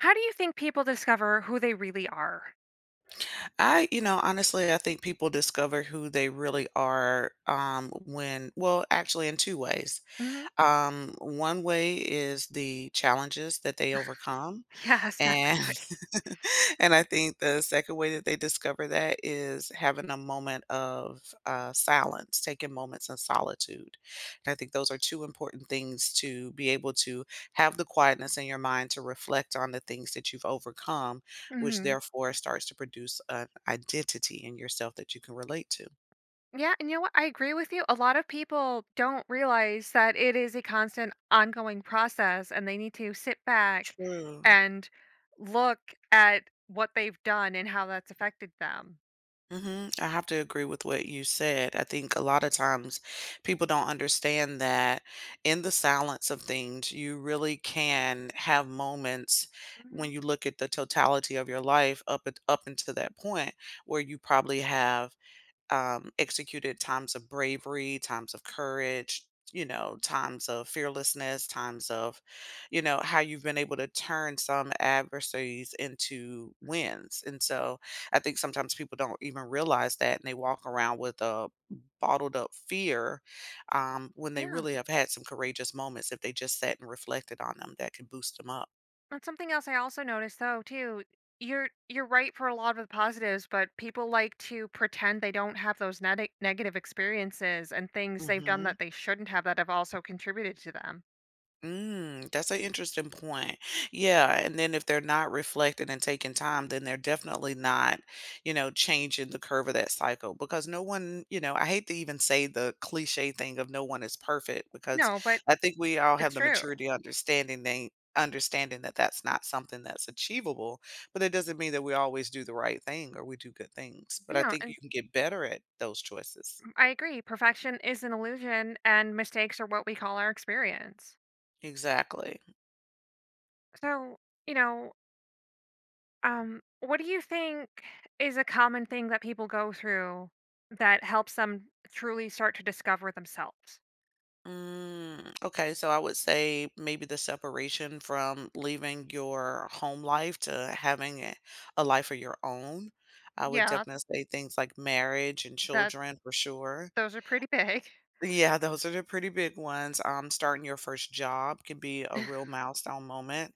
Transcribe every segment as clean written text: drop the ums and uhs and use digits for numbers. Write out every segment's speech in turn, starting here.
How do you think people discover who they really are? I, you know, honestly, I think people discover who they really are when, in two ways. Hmm. One way is the challenges that they overcome, Yes, and definitely. and I think the second way that they discover that is having a moment of, silence, taking moments in solitude. And I think those are 2 important things to be able to have the quietness in your mind to reflect on the things that you've overcome, which Hmm. therefore starts to produce an identity in yourself that you can relate to. Yeah, and you know what? I agree with you. A lot of people don't realize that it is a constant, ongoing process, and they need to sit back True. and look at what they've done and how that's affected them. Mhm, I have to agree with what you said. I think a lot of times people don't understand that in the silence of things, you really can have moments when Mhm. you look at the totality of your life up until that point where you probably have executed times of bravery, times of courage, you know, times of fearlessness, times of, you know, how you've been able to turn some adversaries into wins. And so I think sometimes people don't even realize that and they walk around with a bottled up fear when they Yeah. really have had some courageous moments if they just sat and reflected on them that can boost them up. That's something else I also noticed though too. You're right for a lot of the positives, but people like to pretend they don't have those negative experiences and things they've done Hmm. that they shouldn't have that have also contributed to them. Mm, that's an interesting point. Yeah, and then if they're not reflecting and taking time, then they're definitely not, you know, changing the curve of that cycle because no one, you know, I hate to even say the cliche thing of no one is perfect because No, but I think we all have it's the true. maturity understanding they understanding that that's not something that's achievable, but it doesn't mean that we always do the right thing or we do good things. But I No, think you and can get better at those choices. I agree. Perfection is an illusion and mistakes are what we call our experience. Exactly. So, you know, what do you think is a common thing that people go through that helps them truly start to discover themselves? Mm, okay, so I would say maybe the separation from leaving your home life to having a life of your own. I would Yeah, definitely say things like marriage and that. children for sure. Those are pretty big. Yeah, those are the pretty big ones. Starting your first job can be a real milestone moment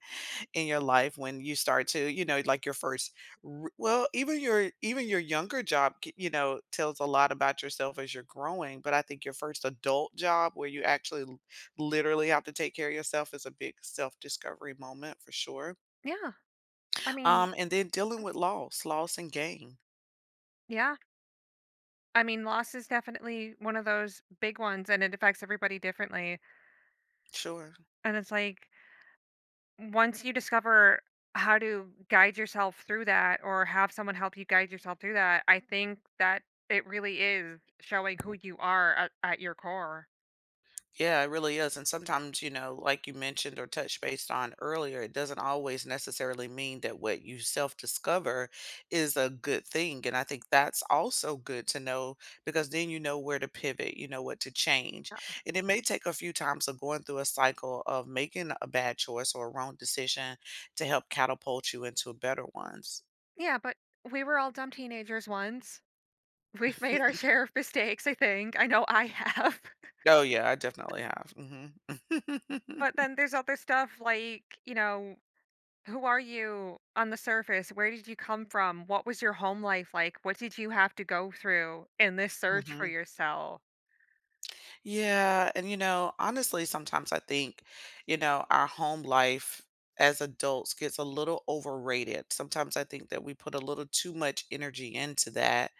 in your life when you start to, you know, like your first r well, even your younger job, c you know, tells a lot about yourself as you're growing, but I think your first adult job where you actually l literally have to take care of yourself is a big self-discovery moment for sure. Yeah. I mean, And then dealing with loss, loss and gain. yeah. I mean, loss is definitely one of those big ones and it affects everybody differently. Sure. And it's like once you discover how to guide yourself through that or have someone help you guide yourself through that, I think that it really is showing who you are at your core. Yeah, it really is. And sometimes, you know, like you mentioned or touched based on earlier, it doesn't always necessarily mean that what you self discover is a good thing. And I think that's also good to know because then you know where to pivot, you know what to change. And it may take a few times of going through a cycle of making a bad choice or a wrong decision to help catapult you into better ones. Yeah, but we were all dumb teenagers once. We've made our share of mistakes, I think. I know I have. Oh, yeah, I definitely have. Hmm. But then there's other stuff like, you know, who are you on the surface? Where did you come from? What was your home life like? What did you have to go through in this search for yourself? Yeah, and you know, honestly, sometimes I think, you know, our home life as adults gets a little overrated. Sometimes I think that we put a little too much energy into that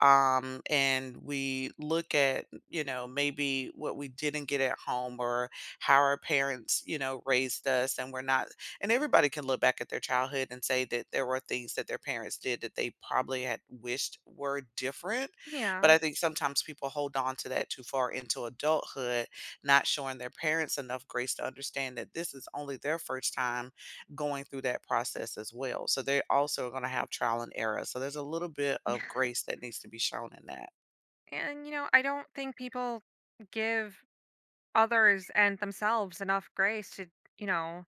and we look at you know maybe what we didn't get at home or how our parents you know raised us and we're not and everybody can look back at their childhood and say that there were things that their parents did that they probably had wished were different Yeah. but I think sometimes people hold on to that too far into adulthood not showing their parents enough grace to understand that this is only their first time going through that process as well. So they also are going to have trial and error. So there's a little bit of grace that needs to be shown in that. And, you know, I don't think people give others and themselves enough grace to, you know,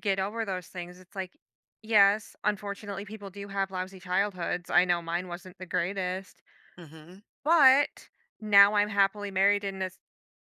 get over those things. It's like, yes, unfortunately, people do have lousy childhoods. I know mine wasn't the greatest, Hmm. but now I'm happily married in a.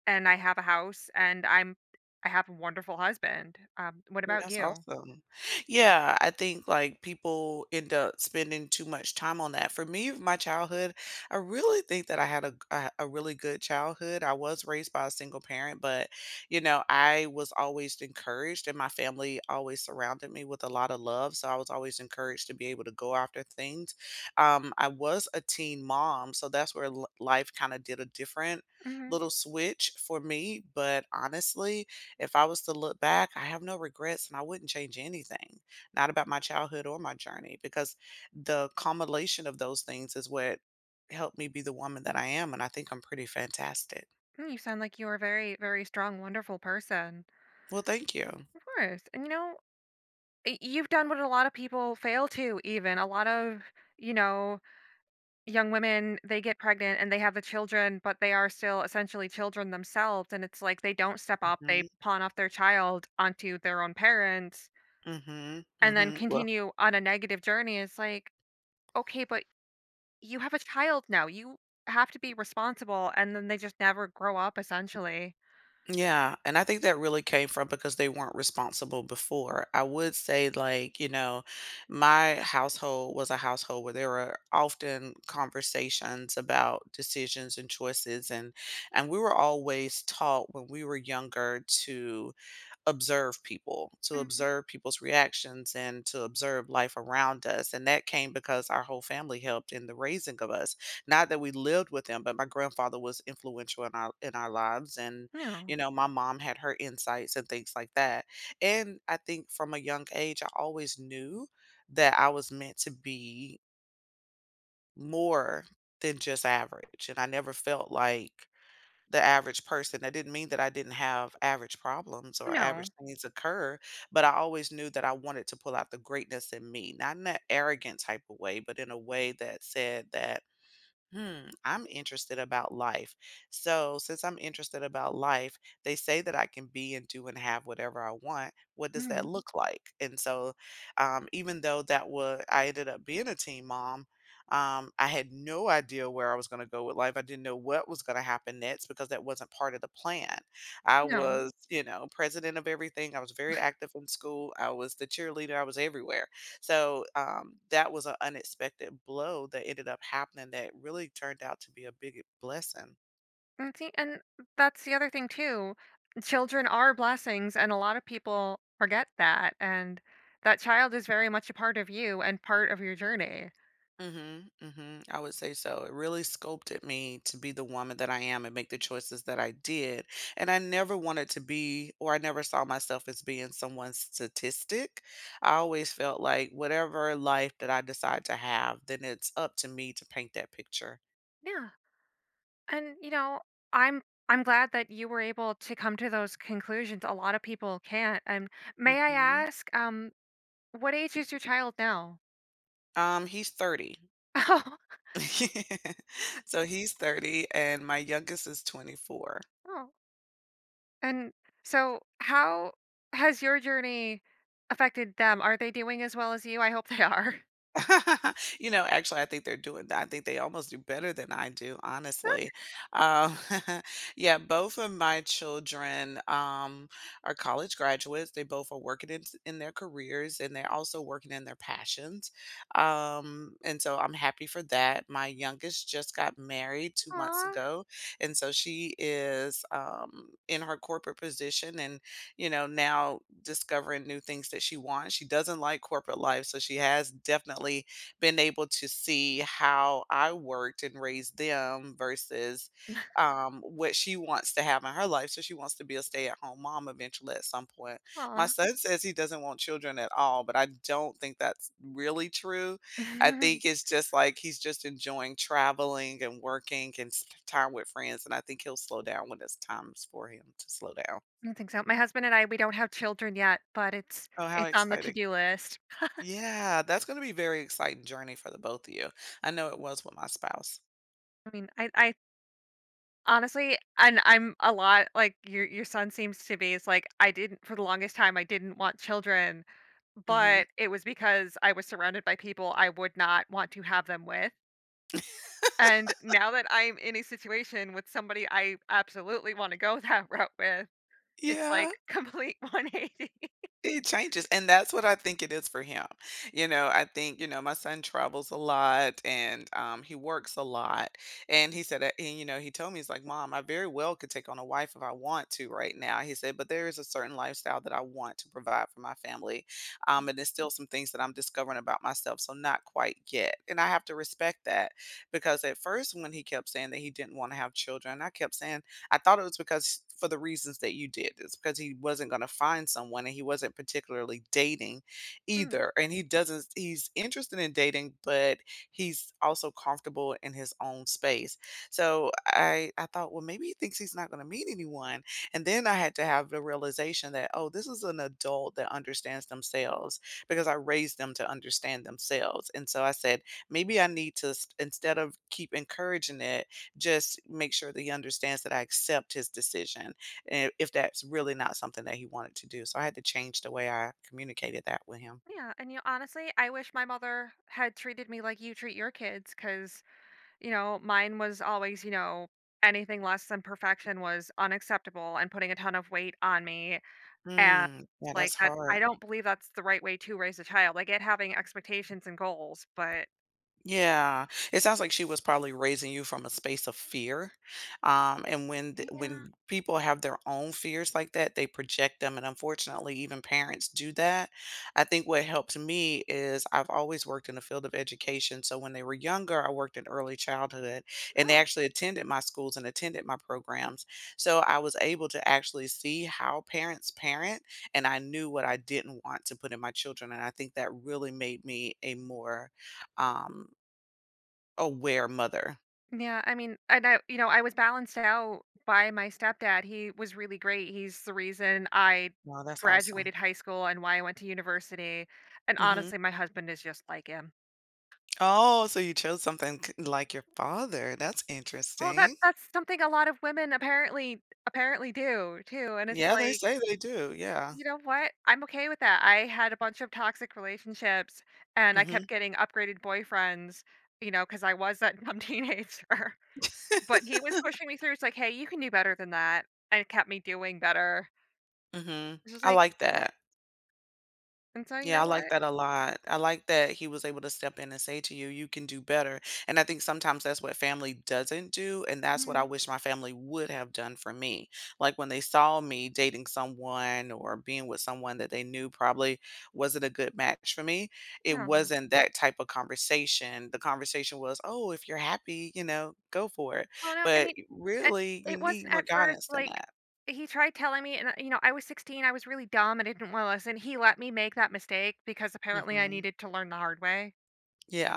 And I have a house, and I'm. I have a wonderful husband. What Mm, about that's you? awesome. Yeah, I think like people end up spending too much time on that. For me, my childhood, I really think that I had a really good childhood. I was raised by a single parent, but you know, I was always encouraged and my family always surrounded me with a lot of love, so I was always encouraged to be able to go after things. I was a teen mom, so that's where life kind of did a different Mhm. little switch for me, but honestly, if I was to look back, I have no regrets and I wouldn't change anything, not about my childhood or my journey, because the culmination of those things is what helped me be the woman that I am. And I think I'm pretty fantastic. Mm, you sound like you're a very, very strong, wonderful person. Well, thank you. Of course. And you know, you've done what a lot of people fail to, even. A lot of, you know, young women, they get pregnant and they have the children, but they are still essentially children themselves. And it's like they don't step up, they Hmm. pawn off their child onto their own parents Hmm. and then Hmm. Well, continue on a negative journey. It's like, okay, but you have a child now, you have to be responsible, and then they just never grow up, essentially. yeah, and I think that really came from because they weren't responsible before. I would say, like, you know, my household was a household where there were often conversations about decisions and choices and we were always taught when we were younger to observe people, to Mhm. observe people's reactions and to observe life around us. And that came because our whole family helped in the raising of us. Not that we lived with them, but my grandfather was influential in our lives. And, you No. know, my mom had her insights and things like that. And I think from a young age I always knew that I was meant to be more than just average. And I never felt like the average person. That didn't mean that I didn't have average problems or average No. things occur, but I always knew that I wanted to pull out the greatness in me, not in an arrogant type of way, but in a way that said that hmm, I'm interested about life. So, since I'm interested about life, they say that I can be and do and have whatever I want. What does that Mhm. look like? And so, even though that was, I ended up being a teen mom, I had no idea where I was going to go with life. I didn't know what was going to happen next because that wasn't part of the plan. I No. was, you know, president of everything. I was very active in school. I was the cheerleader. I was everywhere. So that was an unexpected blow that ended up happening that really turned out to be a big blessing. And see, and that's the other thing too. Children are blessings, and a lot of people forget that, and that child is very much a part of you and part of your journey. Mhm, mhm. I would say so. It really sculpted me to be the woman that I am and make the choices that I did. And I never wanted to be, or I never saw myself as being someone's statistic. I always felt like whatever life that I decide to have, then it's up to me to paint that picture. Yeah, and, you know, I'm I'm glad that you were able to come to those conclusions, a lot of people can't, and may I Hmm. ask, what age is your child now? He's 30. So he's 30 and my youngest is 24. Oh, oh. And so, how has your journey affected them? Are they doing as well as you? I hope they are. You know, actually, I think they're doing that. I think they almost do better than I do, honestly. Um, yeah, both of my children are college graduates. They both are working in their careers and they're also working in their passions. And so I'm happy for that. My youngest just got married 2 months Aw, ago. And so she is in her corporate position and you know, now discovering new things that she wants. She doesn't like corporate life, so she has definitely been able to see how I worked and raised them versus what she wants to have in her life. So she wants to be a stay-at-home mom eventually at some point. My aw. son says he doesn't want children at all, but I don't think that's really true. I I think it's just like he's just enjoying traveling and working and time with friends, and I think he'll slow down when it's times for him to slow down. don't think so. My husband and I, we don't have children yet, but Oh, how it's on the exciting! to-do list. Yeah, that's gonna be very exciting journey for the both of you. I know it was with my spouse. I mean, I honestly, and I'm a lot like your son seems to be. It's like I didn't, for the longest time I didn't want children, Mhm. but it was because I was surrounded by people I would not want to have them with. And now that I'm in a situation with somebody I absolutely wanna go that route with, it's like Yeah. complete 180. It changes, and that's what I think it is for him. You know, I think, you know, my son travels a lot and he works a lot. And he said, and, you know, he told me, he's like, Mom, I very well could take on a wife if I want to right now. He said, but there is a certain lifestyle that I want to provide for my family. And there's still some things that I'm discovering about myself. So not quite yet. And I have to respect that because at first, when he kept saying that he didn't want to have children, I kept saying, I thought it was because for the reasons that you did. It's because he wasn't going to find someone and he wasn't particularly dating Mm, either. And he doesn't He's interested in dating, but he's also comfortable in his own space. So I thought, well, maybe he thinks he's not going to meet anyone. And then I had to have the realization that, oh, this is an adult that understands themselves because I raised them to understand themselves. And so I said, maybe I need to instead of keep encouraging it just make sure that he understands that I accept his decision, and if that's really not something that he wanted to do. So I had to change the way I communicated that with him. yeah, and, you know, honestly, I wish my mother had treated me like you treat your kids 'cause, you know, mine was always, you know, anything less than perfection was unacceptable and putting a ton of weight on me, and, Mm, yeah, like, that's that I hard. don't believe that's the right way to raise a child, I get having expectations and goals, but. Yeah, it sounds like she was probably raising you from a space of fear, and when th Yeah. when people have their own fears like that, they project them, and unfortunately, even parents do that. I think what helped me is I've always worked in the field of education, so when they were younger, I worked in early childhood, and they I. actually attended my schools and attended my programs, so I was able to actually see how parents parent, and I knew what I didn't want to put in my children, and I think that really made me a more, um aware mother. Yeah, I mean, and I, you know, I was balanced out by my stepdad. He was really great. He's the reason I Wow, that's awesome. graduated high school and why I went to university. And Mhm. honestly, my husband is just like him. Oh, so you chose something k like your father, that's Well, that interesting. that's something a lot of women apparently do too. And it's Yeah, they like, say they do, yeah. you know what? I'm okay with that. I had a bunch of toxic relationships and I Mhm. kept getting upgraded boyfriends, you know, because I was that dumb teenager. But he was pushing me through. It's like, hey, you can do better than that and kept me doing better. Mhm. It's just I like, like yeah. that. And so you Yeah, know I like what? that a lot. I like that he was able to step in and say to you, "You can do better." And I think sometimes that's what family doesn't do, and that's what I Mm, wish my family would have done for me. Like when they saw me dating someone or being with someone that they knew probably wasn't a good match for me, it no. wasn't that type of conversation. The conversation was, "Oh, if you're happy, you know, go for it." Well, no, I But mean, at, really, you it need wasn't more at first guidance than like that. he tried telling me, and you know, I was 16, I was really dumb, and I didn't want to listen. He let me make that mistake because apparently I Mhm. needed to learn the hard way. Yeah.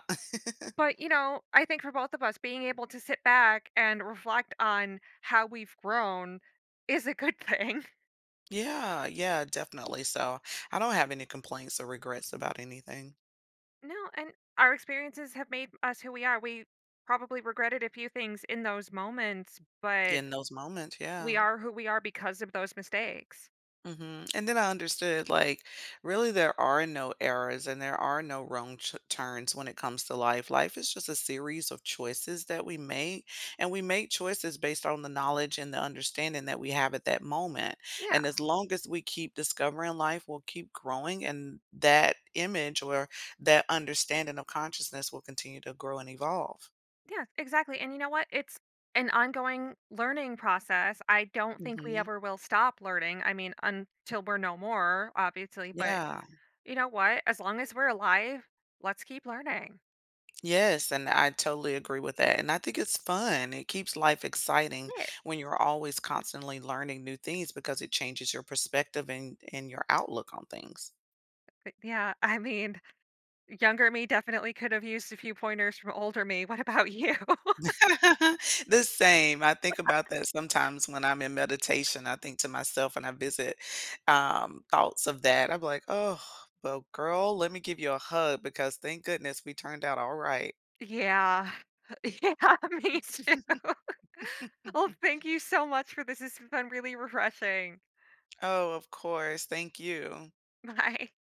But you know, I think for both of us, being able to sit back and reflect on how we've grown is a good thing. Yeah, yeah, definitely. So I don't have any complaints or regrets about anything No, and our experiences have made us who we are. We probably regretted a few things in those moments, but in those moments. we Yeah. are who we are because of those mistakes. Hmm. And then I understood like really there are no errors and there are no wrong ch turns when it comes to life. Life is just a series of choices that we make, and we make choices based on the knowledge and the understanding that we have at that moment. Yeah. And as long as we keep discovering life, we'll keep growing, and that image or that understanding of consciousness will continue to grow and evolve. Yeah, exactly, and you know what? It's an ongoing learning process. I don't think we Mhm. ever will stop learning. I mean, until we're no more, obviously, but Yeah. you know what? As long as we're alive, let's keep learning. Yes, and I totally agree with that, and I think it's fun. It keeps life exciting Yeah. when you're always constantly learning new things because it changes your perspective and your outlook on things. Yeah, I mean, younger me definitely could have used a few pointers from older me. What about you? The same. I think about that sometimes when I'm in meditation. I think to myself and I visit, thoughts of that. I'm like, "Oh, well, girl, let me give you a hug because thank goodness we turned out all right." Yeah. Yeah, me too. Well, thank you so much for this. This has been really refreshing. Oh, of course. Thank you. Bye.